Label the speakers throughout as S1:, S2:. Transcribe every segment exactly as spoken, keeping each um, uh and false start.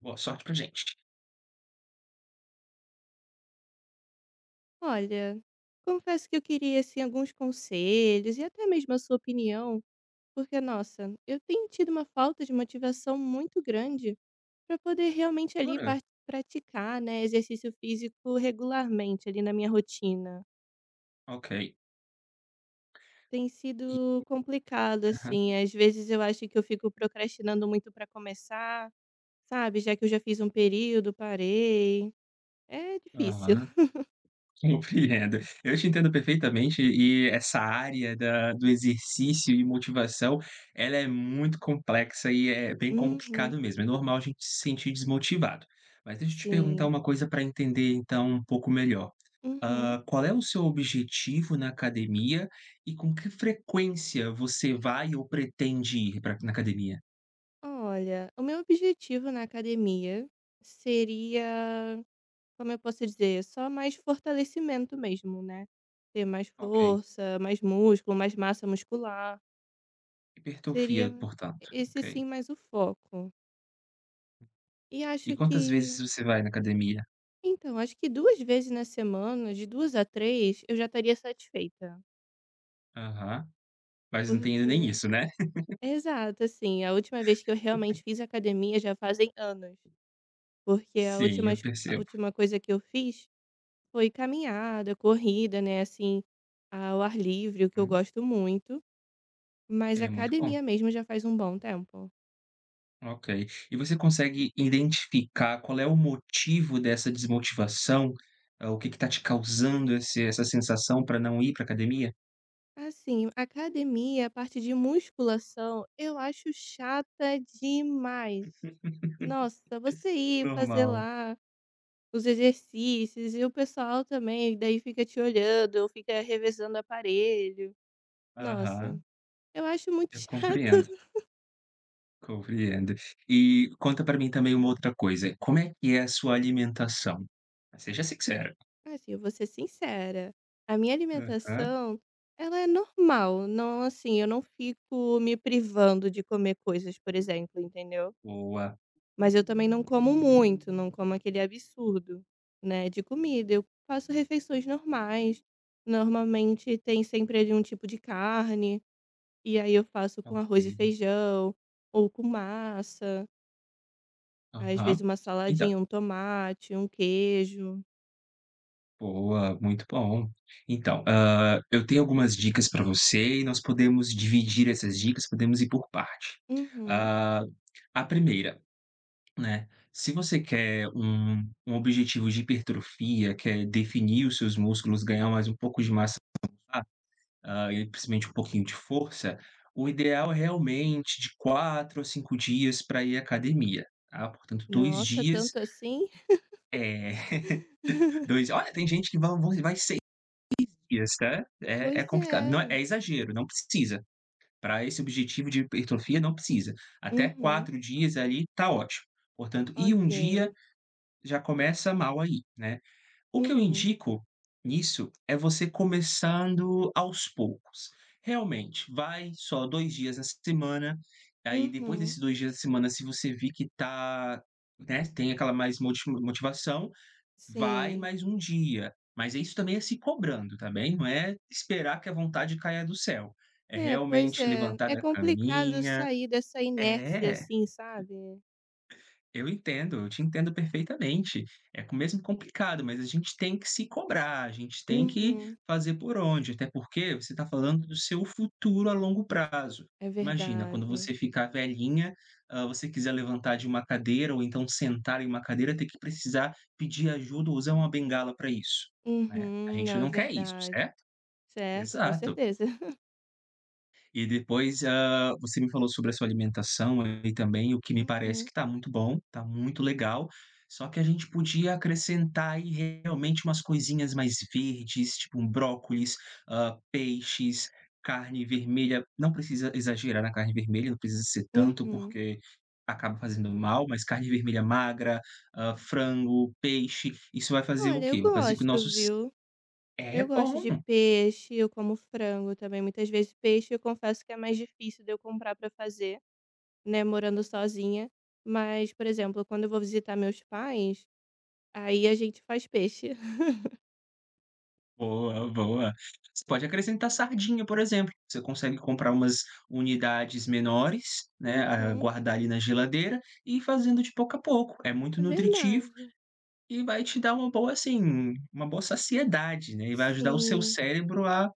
S1: Boa sorte pra gente.
S2: Olha, confesso que eu queria assim alguns conselhos e até mesmo a sua opinião, porque nossa, eu tenho tido uma falta de motivação muito grande para poder realmente ali
S1: Jura?
S2: par- praticar, né, exercício físico regularmente ali na minha rotina.
S1: Ok.
S2: Tem
S1: E
S2: sido complicado
S1: aham,
S2: assim, às vezes eu acho que eu fico procrastinando muito para começar, sabe? Já que eu já fiz um período, parei. É difícil.
S1: aham, compreendo. Eu te entendo perfeitamente e essa área da do exercício e motivação, ela é muito complexa e é bem
S2: Uhum,
S1: complicado mesmo. É normal a gente se sentir desmotivado. Mas deixa eu te perguntar
S2: sim.
S1: uma coisa para entender, então, um pouco melhor.
S2: Uhum.
S1: Hã, qual é o seu objetivo na academia e com que frequência você vai ou pretende ir pra na academia?
S2: Olha, o meu objetivo na academia seria, como eu posso dizer, só mais fortalecimento mesmo, né? Ter mais
S1: Ok,
S2: força, mais músculo, mais massa muscular.
S1: hipertrofia,
S2: Seria
S1: portanto,
S2: esse
S1: ok.
S2: sim mais o foco. E
S1: E
S2: acho
S1: quantas vezes
S2: que,
S1: você vai na academia?
S2: então, acho que duas vezes na semana, de duas a três, eu já estaria satisfeita.
S1: Aham. Mas não tem ainda nem
S2: Porque,
S1: isso, né?
S2: exato, assim, a última vez que eu realmente fiz academia já fazem anos. Porque a
S1: Sim,
S2: última,
S1: eu
S2: a
S1: percebo.
S2: última coisa que eu fiz foi caminhada, corrida, né, assim, ao ar livre, o que eu
S1: Hum,
S2: gosto muito, mas
S1: é muito bom.
S2: academia mesmo já faz um bom tempo.
S1: Ok. E você consegue identificar qual é o motivo dessa desmotivação? Ah, o que que tá te causando esse essa sensação pra não ir pra academia?
S2: Assim, academia, a parte de musculação, eu acho chata demais. Nossa, você ir fazer
S1: Normal.
S2: lá os exercícios e o pessoal também, daí fica te olhando, ou fica revezando o aparelho. Nossa,
S1: Aham.
S2: eu acho muito
S1: Eu
S2: chato.
S1: compreendo, compreendo. E conta pra mim também uma outra coisa, como é que é a sua alimentação? Seja sincera.
S2: Assim, eu vou ser sincera, a minha
S1: Aham.
S2: alimentação, ela é normal, não assim, eu não fico me privando de comer coisas, por exemplo, entendeu?
S1: Boa.
S2: Mas eu também não como
S1: Uhum.
S2: muito, não como aquele absurdo, né, de comida. Eu faço refeições normais, normalmente tem sempre ali um tipo de carne, e aí eu faço com arroz e
S1: Ok.
S2: feijão, ou com massa, às vezes
S1: Aham.
S2: uma
S1: Então
S2: saladinha, um tomate, um queijo.
S1: Boa, muito bom. Então, hã, eu tenho algumas dicas para você e nós podemos dividir essas dicas, podemos ir por parte.
S2: Uhum.
S1: Ah, a primeira, né, se você quer um um objetivo de hipertrofia, quer definir os seus músculos, ganhar mais um pouco de massa muscular, ah, e principalmente um pouquinho de força, o ideal é realmente de quatro a cinco dias para ir à academia, tá. Portanto, dois
S2: Nossa,
S1: dias,
S2: tanto assim?
S1: é. Dois, olha, tem gente que vai vão vai seis. Isso é é é
S2: Pois
S1: complicado. Não é
S2: é.
S1: é exagero, não precisa. Para esse objetivo de hipertrofia, não precisa. Até
S2: Uhum.
S1: quatro dias ali tá ótimo. Portanto, e um dia
S2: Ok.
S1: já começa mal aí, né. O que eu
S2: Uhum.
S1: indico nisso é você começando aos poucos. Realmente, vai só dois dias na semana, aí depois
S2: Uhum.
S1: desses dois dias da semana, se você vir que tá, né, tem aquela mais moti motivação, Vai
S2: Sim.
S1: mais um dia, mas isso também é se cobrando, tá bem? Não é esperar que a vontade caia do céu, é
S2: É, pois
S1: realmente
S2: é.
S1: levantar
S2: É
S1: da
S2: complicado
S1: caminha.
S2: sair dessa inércia,
S1: É.
S2: assim, sabe.
S1: Eu entendo, eu te entendo perfeitamente. É co mesmo complicado, mas a gente tem que se cobrar, a gente tem que
S2: Uhum.
S1: fazer por onde, até porque você está falando do seu futuro a longo prazo.
S2: É
S1: Imagina, quando
S2: verdade.
S1: você ficar velhinha, hã, você quiser levantar de uma cadeira ou então sentar em uma cadeira, ter que precisar pedir ajuda ou usar uma bengala para isso, né. A
S2: Uhum.
S1: gente
S2: Não, é
S1: não quer isso,
S2: verdade.
S1: certo?
S2: Certo, com
S1: Exato.
S2: certeza.
S1: E depois, hã, você me falou sobre a sua alimentação aí também, o que me parece
S2: Uhum.
S1: que tá muito bom, tá muito legal, só que a gente podia acrescentar aí realmente umas coisinhas mais verdes, tipo um brócolis, hã, peixes, carne vermelha, não precisa exagerar na carne vermelha, não precisa ser tanto
S2: Uhum.
S1: porque acaba fazendo mal, mas carne vermelha magra, hã, frango, peixe, isso vai fazer o
S2: Olha, eu
S1: quê? Vai fazer que o
S2: gosto,
S1: nosso c
S2: viu.
S1: é
S2: Eu gosto
S1: bom.
S2: de peixe, eu como frango também. Muitas vezes peixe eu confesso que é mais difícil de eu comprar pra fazer, né, morando sozinha. Mas, por exemplo, quando eu vou visitar meus pais, aí a gente faz peixe.
S1: Boa, boa. Você pode acrescentar sardinha, por exemplo. Você consegue comprar umas unidades menores, né, ah,
S2: Uhum,
S1: guardar ali na geladeira e ir fazendo de pouco a pouco. É muito
S2: é
S1: nutritivo
S2: verdade.
S1: e vai te dar uma boa, assim, uma boa saciedade, né, e vai ajudar o seu
S2: Sim.
S1: cérebro a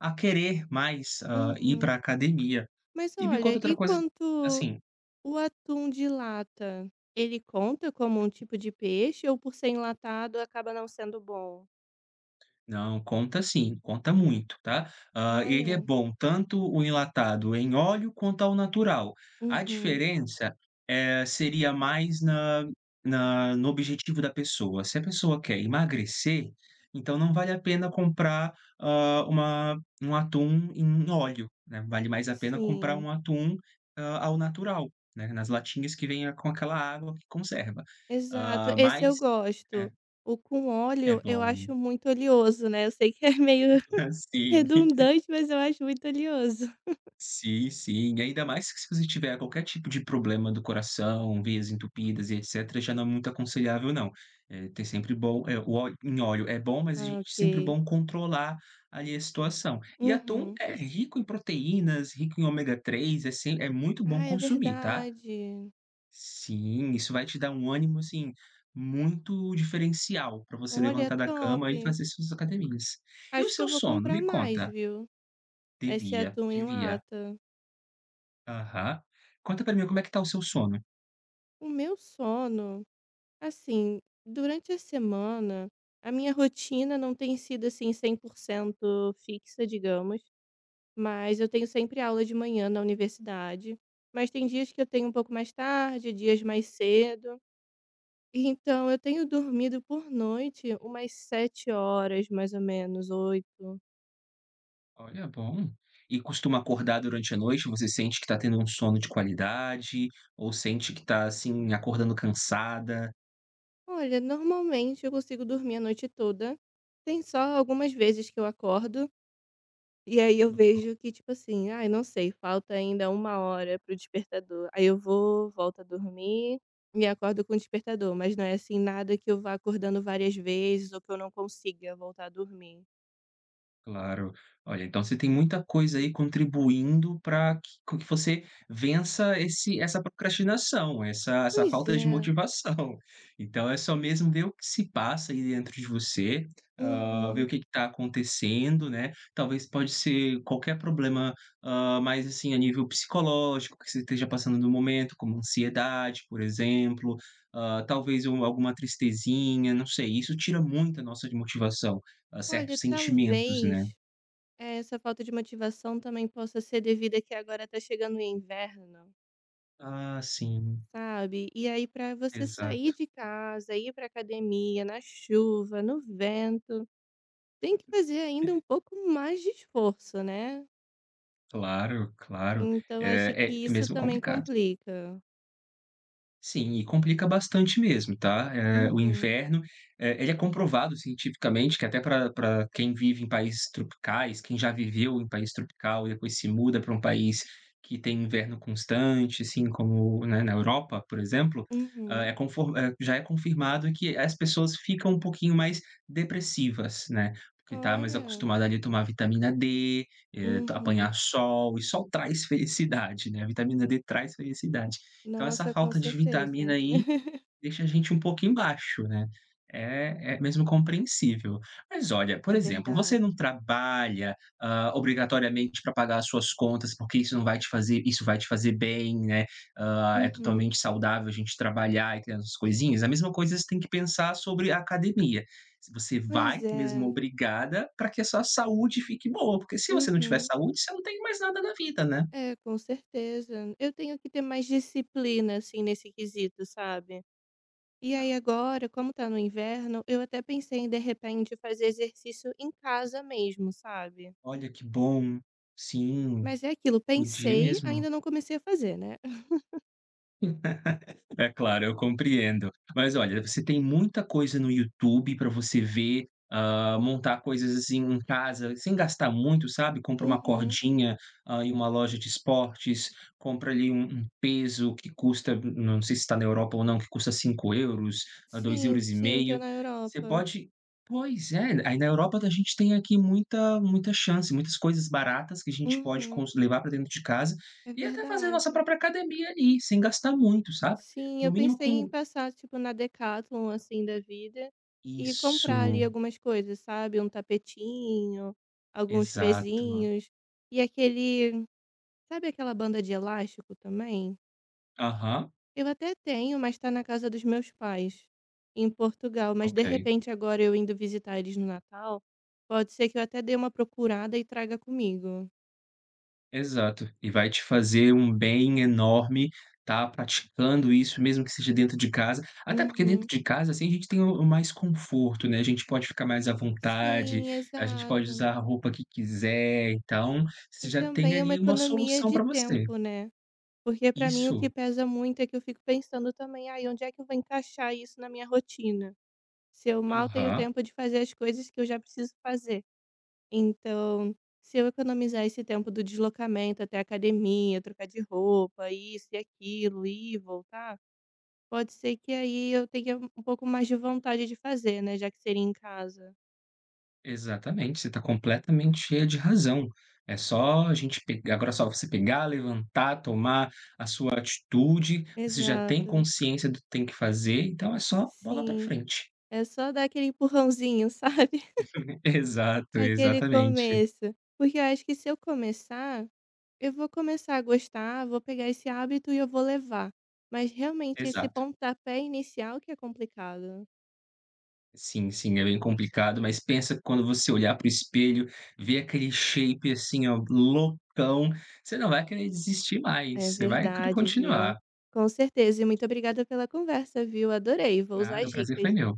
S1: a querer mais, ah, ir para
S2: Uhum.
S1: academia.
S2: Mas
S1: E me conta
S2: olha,
S1: outra
S2: e
S1: coisa,
S2: quanto
S1: assim.
S2: o atum de lata? Ele conta como um tipo de peixe ou por ser enlatado acaba não sendo bom?
S1: Não, conta sim, conta muito, tá? Ah, ele é
S2: Olha.
S1: bom tanto o enlatado em óleo quanto ao natural. A
S2: Uhum.
S1: diferença, eh, seria mais na na no objetivo da pessoa. Se a pessoa quer emagrecer, então não vale a pena comprar, hã, uma um atum em óleo, né, vale mais a pena comprar
S2: Sim.
S1: um atum, hã, ao natural, né, nas latinhas que vem com aquela água que conserva.
S2: Exato.
S1: Hã,
S2: Esse eu
S1: mas é,
S2: gosto. O com
S1: é
S2: óleo eu acho
S1: bom.
S2: muito oleoso, né? Eu sei que é meio
S1: Sim.
S2: redundante, mas eu acho muito oleoso.
S1: Sim, sim, ainda mais que se você tiver qualquer tipo de problema do coração, veias entupidas e etcétera, já não é muito aconselhável não. Eh, ter sempre bom, eh, o óleo em óleo é bom, mas a gente
S2: Ah,
S1: é sempre
S2: ok.
S1: bom controlar ali a situação. E atum
S2: Uhum.
S1: é rico em proteínas, rico em ômega três, é sem, é muito bom
S2: Ah, é
S1: consumir, tá.
S2: verdade.
S1: Sim, isso vai te dar um ânimo, assim, muito diferencial para você
S2: Olha, é
S1: levantar da cama e
S2: top.
S1: fazer suas academias. E o
S2: Acho que eu
S1: seu
S2: vou
S1: sono,
S2: comprar
S1: me
S2: mais,
S1: conta?
S2: viu? Esse
S1: Devia,
S2: atum em
S1: devia.
S2: lata.
S1: Aham. Conta pra mim, como é que tá o seu sono?
S2: O meu sono, assim, durante a semana, a minha rotina não tem sido assim cem por cento fixa, digamos, mas eu tenho sempre aula de manhã na universidade, mas tem dias que eu tenho um pouco mais tarde, dias mais cedo. Então, eu tenho dormido por noite umas sete horas, mais ou menos, oito.
S1: Olha, bom. E costuma acordar durante a noite? Você sente que tá tendo um sono de qualidade? Ou sente que tá, assim, acordando cansada?
S2: Olha, normalmente eu consigo dormir a noite toda. Tem só algumas vezes que eu acordo e aí eu vejo que, tipo assim, ai, não sei, falta ainda uma hora pro despertador. Aí eu vou, volto a dormir e acordo com o despertador, mas não é assim nada que eu vá acordando várias vezes ou que eu não consiga voltar a dormir.
S1: Claro. Olha, então você tem muita coisa aí contribuindo para que com que você vença esse essa procrastinação, essa essa
S2: Pois
S1: falta de
S2: é.
S1: motivação. Então é só mesmo ver o que se passa aí dentro de você, hã, ver o
S2: Uhum.
S1: que está acontecendo, né. Talvez pode ser qualquer problema, hã, mais assim a nível psicológico que você esteja passando no momento, como ansiedade, por exemplo, hã, talvez um alguma tristezinha, não sei, isso tira muito a nossa motivação, a
S2: Olha,
S1: certos sentimentos, né.
S2: talvez eh, essa falta de motivação também possa ser devido a que agora tá chegando o inverno.
S1: Ah, sim,
S2: Sabe? E aí para você sair
S1: exato.
S2: de casa, ir para academia, na chuva, no vento, tem que fazer ainda um pouco mais de esforço, né.
S1: Claro, claro.
S2: Então acho
S1: Eh,
S2: que
S1: é
S2: isso
S1: mesmo
S2: também
S1: complicado.
S2: complica.
S1: Sim, e complica bastante mesmo, tá? Eh, o
S2: Uhum,
S1: inverno, eh, ele é comprovado cientificamente que até para para quem vive em países tropicais, quem já viveu em país tropical e depois se muda para um país que tem inverno constante, assim como, né, na Europa, por exemplo, hã,
S2: uhum.
S1: é confor eh, já é confirmado que as pessoas ficam um pouquinho mais depressivas, né, porque tá mais
S2: Olha.
S1: acostumada ali a tomar vitamina dê, eh,
S2: Uhum.
S1: apanhar sol, e sol traz felicidade, né, a vitamina dê traz felicidade. Então essa
S2: Nossa, com
S1: falta de
S2: certeza.
S1: vitamina aí deixa a gente um pouco embaixo, né. É é mesmo compreensível. Mas olha,
S2: É
S1: por exemplo, você
S2: verdade.
S1: não trabalha, hã, obrigatoriamente, para pagar as suas contas, porque isso não vai te fazer isso vai te fazer bem, né, hã, é
S2: Uhum.
S1: totalmente saudável a gente trabalhar e ter as coisinhas. A mesma coisa você tem que pensar sobre a academia. Se você
S2: Pois
S1: vai mesmo
S2: é.
S1: obrigada para que a sua saúde fique boa, porque se você não tiver
S2: Uhum.
S1: saúde, você não tem mais nada na vida, né.
S2: É, com certeza. Eu tenho que ter mais disciplina, assim, nesse quesito, sabe? E aí
S1: Ah,
S2: agora, como tá no inverno, eu até pensei em de repente fazer exercício em casa mesmo, sabe.
S1: olha que bom. Sim.
S2: Mas é aquilo,
S1: Podia
S2: pensei,
S1: mesmo.
S2: ainda não comecei a fazer, né.
S1: É claro, eu compreendo. Mas olha, você tem muita coisa no YouTube para você ver, hã, montar coisas, assim, em casa sem gastar muito, sabe, compra uma
S2: Uhum.
S1: cordinha, hã, em uma loja de esportes, compra ali um um peso que custa, não sei se está na Europa ou não, que custa cinco euros, a dois
S2: Sim,
S1: euros e
S2: sim, tô
S1: meio.
S2: na
S1: Você
S2: Europa.
S1: pode, pois é, aí na Europa a gente tem aqui muita muita chance, muitas coisas baratas que a gente pode
S2: Uhum.
S1: cons levar para dentro de casa
S2: É
S1: e até fazer a nossa
S2: verdade.
S1: própria academia ali, sem gastar muito, sabe?
S2: Sim,
S1: No
S2: eu
S1: mínimo
S2: pensei em
S1: com
S2: passar, tipo, na Decathlon, assim, da vida, e comprar ali
S1: isso,
S2: algumas coisas, sabe, um tapetinho, alguns
S1: exato.
S2: pezinhos, e aquele sabe aquela banda de elástico também?
S1: Aham,
S2: Eu até tenho, mas tá na casa dos meus pais, em Portugal, mas de
S1: ok,
S2: repente agora eu indo visitar eles no Natal, pode ser que eu até dê uma procurada e traga comigo.
S1: exato. E vai te fazer um bem enorme estar praticando isso, mesmo que seja dentro de casa. Até porque dentro
S2: Uhum.
S1: de casa, assim, a gente tem o o mais conforto, né, a gente pode ficar mais à vontade,
S2: Sim,
S1: a gente pode
S2: exato.
S1: usar a roupa que quiser, então, você
S2: E
S1: já tem
S2: também é uma
S1: ali uma
S2: economia
S1: solução
S2: de
S1: para você.
S2: tempo, né? Porque pra mim o que
S1: Isso.
S2: pesa muito é que eu fico pensando também, ai, onde é que eu vou encaixar isso na minha rotina? Se eu mal tenho
S1: Aham.
S2: tempo de fazer as coisas que eu já preciso fazer. Então, se eu economizar esse tempo do deslocamento até a academia, trocar de roupa, isso e aquilo, ir e voltar, pode ser que aí eu tenha um pouco mais de vontade de fazer, né, já que seria em casa.
S1: Exatamente, você está completamente cheia de razão. É só a gente pegar, agora é só você pegar, levantar, tomar a sua atitude, você já tem
S2: Exato.
S1: consciência do que tem que fazer, então é só bola para
S2: Sim.
S1: frente.
S2: É só dar aquele empurrãozinho, sabe?
S1: Exato,
S2: Aquele
S1: exatamente,
S2: começo. Porque eu acho que se eu começar, eu vou começar a gostar, vou pegar esse hábito e eu vou levar. Mas realmente esse
S1: exato.
S2: pontapé inicial que é complicado.
S1: Sim, sim, é bem complicado, mas pensa que quando você olhar pro espelho, ver aquele shape assim, ó, loucão, você não vai querer desistir mais,
S2: É
S1: você vai querer
S2: verdade, viu.
S1: continuar.
S2: Com certeza e muito obrigada pela conversa, viu. Adorei, vou usar
S1: Nada,
S2: as
S1: o prazer foi
S2: dicas.
S1: meu.